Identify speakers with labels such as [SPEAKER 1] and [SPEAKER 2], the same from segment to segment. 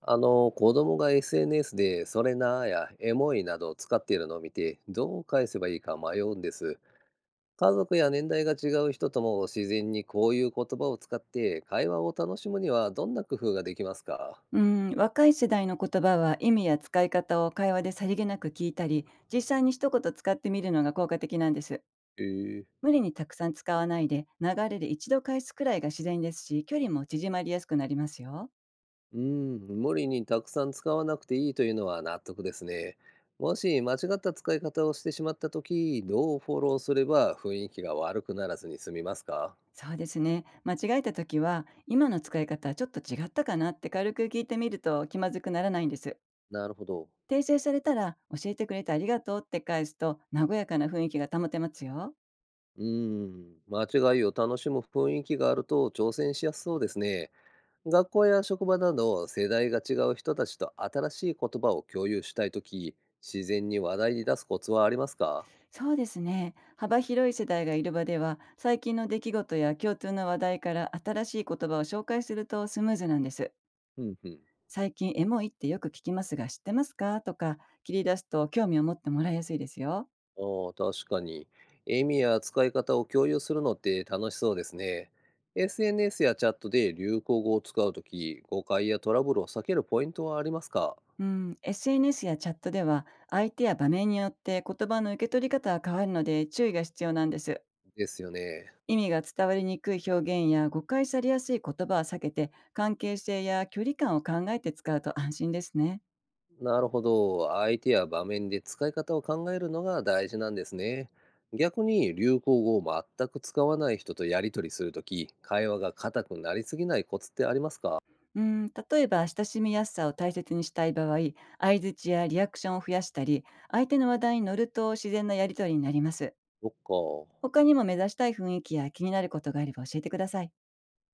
[SPEAKER 1] 子供が SNS で、それなーやエモいなどを使っているのを見て、どう返せばいいか迷うんです。家族や年代が違う人とも自然にこういう言葉を使って会話を楽しむにはどんな工夫ができますか？
[SPEAKER 2] うん、若い世代の言葉は意味や使い方を会話でさりげなく聞いたり、実際に一言使ってみるのが効果的なんです。
[SPEAKER 1] へえ。
[SPEAKER 2] 無理にたくさん使わないで、流れで一度返すくらいが自然ですし、距離も縮まりやすくなりますよ。
[SPEAKER 1] うん、無理にたくさん使わなくていいというのは納得ですね。もし間違った使い方をしてしまった時、どうフォローすれば雰囲気が悪くならずに済みますか？
[SPEAKER 2] そうですね、間違えた時は今の使い方はちょっと違ったかなって軽く聞いてみると気まずくならないんです。
[SPEAKER 1] なるほど。
[SPEAKER 2] 訂正されたら教えてくれてありがとうって返すと、和やかな雰囲気が保てますよ。
[SPEAKER 1] うーん、間違いを楽しむ雰囲気があると挑戦しやすそうですね。学校や職場など世代が違う人たちと新しい言葉を共有したいとき、自然に話題に出すコツはありますか？
[SPEAKER 2] そうですね。幅広い世代がいる場では、最近の出来事や共通の話題から新しい言葉を紹介するとスムーズなんです。
[SPEAKER 1] うんうん。
[SPEAKER 2] 最近エモいってよく聞きますが知ってますかとか切り出すと、興味を持ってもらいやすいですよ。
[SPEAKER 1] ああ、確かに。意味や使い方を共有するのって楽しそうですね。SNS やチャットで流行語を使うとき、誤解やトラブルを避けるポイントはありますか？
[SPEAKER 2] うん、SNS やチャットでは相手や場面によって言葉の受け取り方は変わるので、注意が必要なんです。
[SPEAKER 1] ですよね。
[SPEAKER 2] 意味が伝わりにくい表現や誤解されやすい言葉は避けて、関係性や距離感を考えて使うと安心ですね。
[SPEAKER 1] なるほど。相手や場面で使い方を考えるのが大事なんですね。逆に流行語を全く使わない人とやり取りするとき、会話が硬くなりすぎないコツってありますか？
[SPEAKER 2] うん、例えば親しみやすさを大切にしたい場合、相槌やリアクションを増やしたり、相手の話題に乗ると自然なやりとりになります。
[SPEAKER 1] そっか。
[SPEAKER 2] 他にも目指したい雰囲気や気になることがあれば教えてください。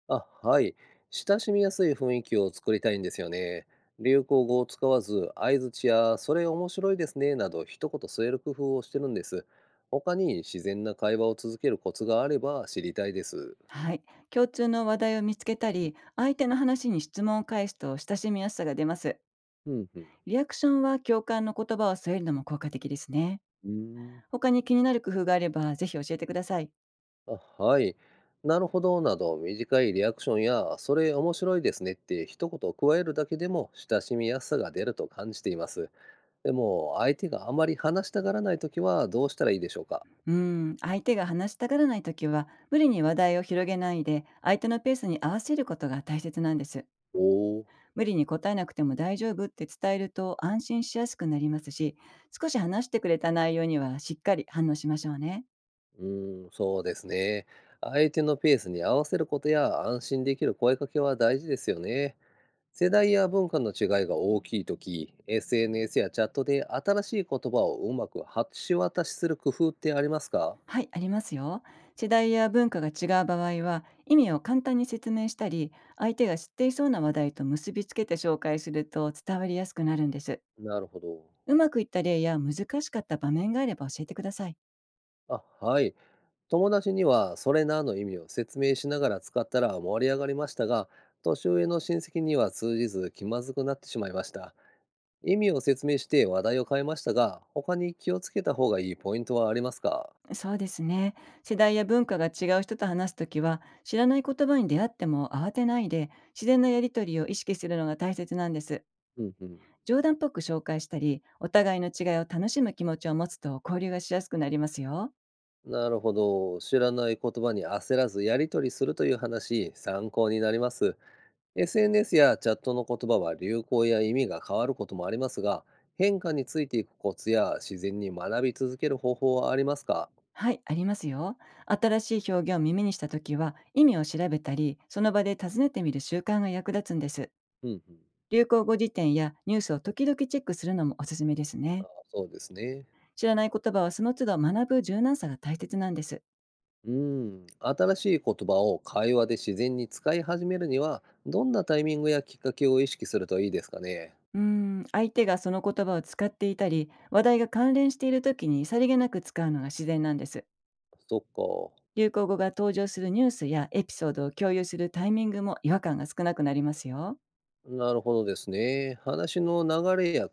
[SPEAKER 1] あ、はい。親しみやすい雰囲気を作りたいんですよね。流行語を使わず、相槌やそれ面白いですねなど一言添える工夫をしてるんです。他に自然な会話を続けるコツがあれば知りたいです。
[SPEAKER 2] はい、共通の話題を見つけたり、相手の話に質問を返すと親しみやすさが出ます。
[SPEAKER 1] うんうん。
[SPEAKER 2] リアクションは共感の言葉を添えるのも効果的ですね。
[SPEAKER 1] うーん。
[SPEAKER 2] 他に気になる工夫があればぜひ教えてください。
[SPEAKER 1] あ、はい。なるほどなど短いリアクションや、それ面白いですねって一言加えるだけでも親しみやすさが出ると感じています。でも、相手があまり話したがらないときはどうしたらいいでしょうか？
[SPEAKER 2] うん、相手が話したがらないときは、無理に話題を広げないで、相手のペースに合わせることが大切なんです。
[SPEAKER 1] おお。
[SPEAKER 2] 無理に答えなくても大丈夫って伝えると安心しやすくなりますし、少し話してくれた内容にはしっかり反応しましょうね。
[SPEAKER 1] うーん、そうですね。相手のペースに合わせることや安心できる声かけは大事ですよね。世代や文化の違いが大きいとき、SNS やチャットで新しい言葉をうまく橋渡しする工夫ってありますか？
[SPEAKER 2] はい、ありますよ。世代や文化が違う場合は、意味を簡単に説明したり、相手が知っていそうな話題と結びつけて紹介すると伝わりやすくなるんです。
[SPEAKER 1] なるほど。
[SPEAKER 2] うまくいった例や難しかった場面があれば教えてください。
[SPEAKER 1] あ、はい。友達にはそれなの意味を説明しながら使ったら盛り上がりましたが、年上の親戚には通じず気まずくなってしまいました。意味を説明して話題を変えましたが、他に気をつけた方がいいポイントはありますか？
[SPEAKER 2] そうですね。世代や文化が違う人と話すときは、知らない言葉に出会っても慌てないで、自然なやりとりを意識するのが大切なんです。
[SPEAKER 1] うんうん。
[SPEAKER 2] 冗談っぽく紹介したり、お互いの違いを楽しむ気持ちを持つと交流がしやすくなりますよ。
[SPEAKER 1] なるほど。知らない言葉に焦らずやり取りするという話、参考になります。SNS やチャットの言葉は流行や意味が変わることもありますが、変化についていくコツや自然に学び続ける方法はありますか？
[SPEAKER 2] はい、ありますよ。新しい表現を耳にしたときは、意味を調べたり、その場で尋ねてみる習慣が役立つんです。
[SPEAKER 1] うんうん。
[SPEAKER 2] 流行語辞典やニュースを時々チェックするのもおすすめです
[SPEAKER 1] あー、
[SPEAKER 2] ね。
[SPEAKER 1] そうですね。
[SPEAKER 2] 知らない言葉はその都度学ぶ柔軟さが大切なんです。
[SPEAKER 1] うん。新しい言葉を会話で自然に使い始めるには、どんなタイミングやきっかけを意識するといいですかね。
[SPEAKER 2] うーん、相手がその言葉を使っていたり、話題が関連している時にさりげなく使うのが自然なんです。
[SPEAKER 1] そっか。
[SPEAKER 2] 流行語が登場するニュースやエピソードを共有するタイミングも違和感が少なくなりますよ。
[SPEAKER 1] なるほどですね。話の流れや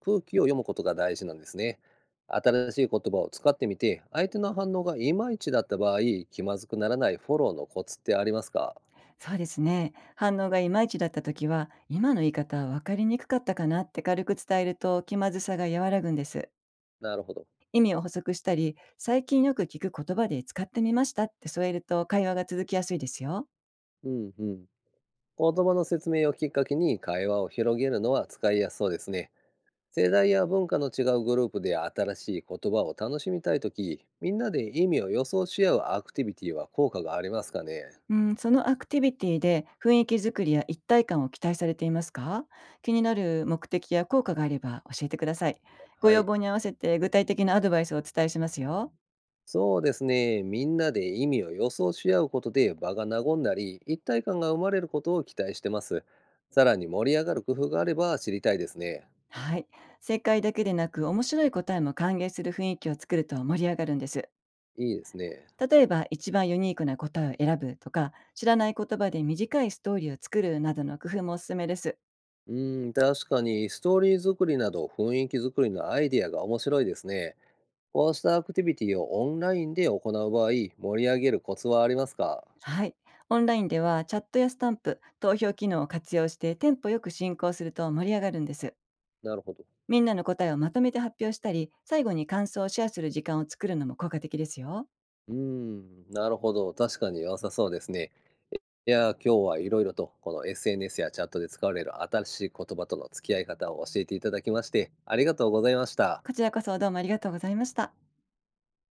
[SPEAKER 1] 空気を読むことが大事なんですね。新しい言葉を使ってみて、相手の反応がいまいちだった場合、気まずくならないフォローのコツってありますか？
[SPEAKER 2] そうですね。反応がいまいちだった時は、今の言い方は分かりにくかったかなって軽く伝えると気まずさが和らぐんです。
[SPEAKER 1] なるほど。
[SPEAKER 2] 意味を補足したり、最近よく聞く言葉で使ってみましたって添えると会話が続きやすいですよ。
[SPEAKER 1] うんうん。言葉の説明をきっかけに会話を広げるのは使いやすそうですね。世代や文化の違うグループで新しい言葉を楽しみたいとき、みんなで意味を予想し合うアクティビティは効果がありますかね？
[SPEAKER 2] うん、そのアクティビティで雰囲気作りや一体感を期待されていますか？気になる目的や効果があれば教えてください。ご
[SPEAKER 1] は
[SPEAKER 2] 要
[SPEAKER 1] い。
[SPEAKER 2] 望に合わせて具体的なアドバイスをお伝えしますよ。
[SPEAKER 1] そうですね。みんなで意味を予想し合うことで場が和んだり、一体感が生まれることを期待してます。さらに盛り上がる工夫があれば知りたいですね。
[SPEAKER 2] はい。正解だけでなく面白い答えも歓迎する雰囲気を作ると盛り上がるんです。
[SPEAKER 1] いいですね。
[SPEAKER 2] 例えば一番ユニークな答えを選ぶとか、知らない言葉で短いストーリーを作るなどの工夫もおすすめです。
[SPEAKER 1] うーん、確かにストーリー作りなど雰囲気作りのアイディアが面白いですね。こうしたアクティビティをオンラインで行う場合、盛り上げるコツはありますか？
[SPEAKER 2] はい。オンラインではチャットやスタンプ、投票機能を活用してテンポよく進行すると盛り上がるんです。
[SPEAKER 1] なるほど。
[SPEAKER 2] みんなの答えをまとめて発表したり、最後に感想をシェアする時間を作るのも効果的ですよ。
[SPEAKER 1] うーん、なるほど。確かに良さそうですね。いやー、今日はいろいろとこの SNS やチャットで使われる新しい言葉との付き合い方を教えていただきまして、ありがとうございました。
[SPEAKER 2] こちらこそどうもありがとうございました。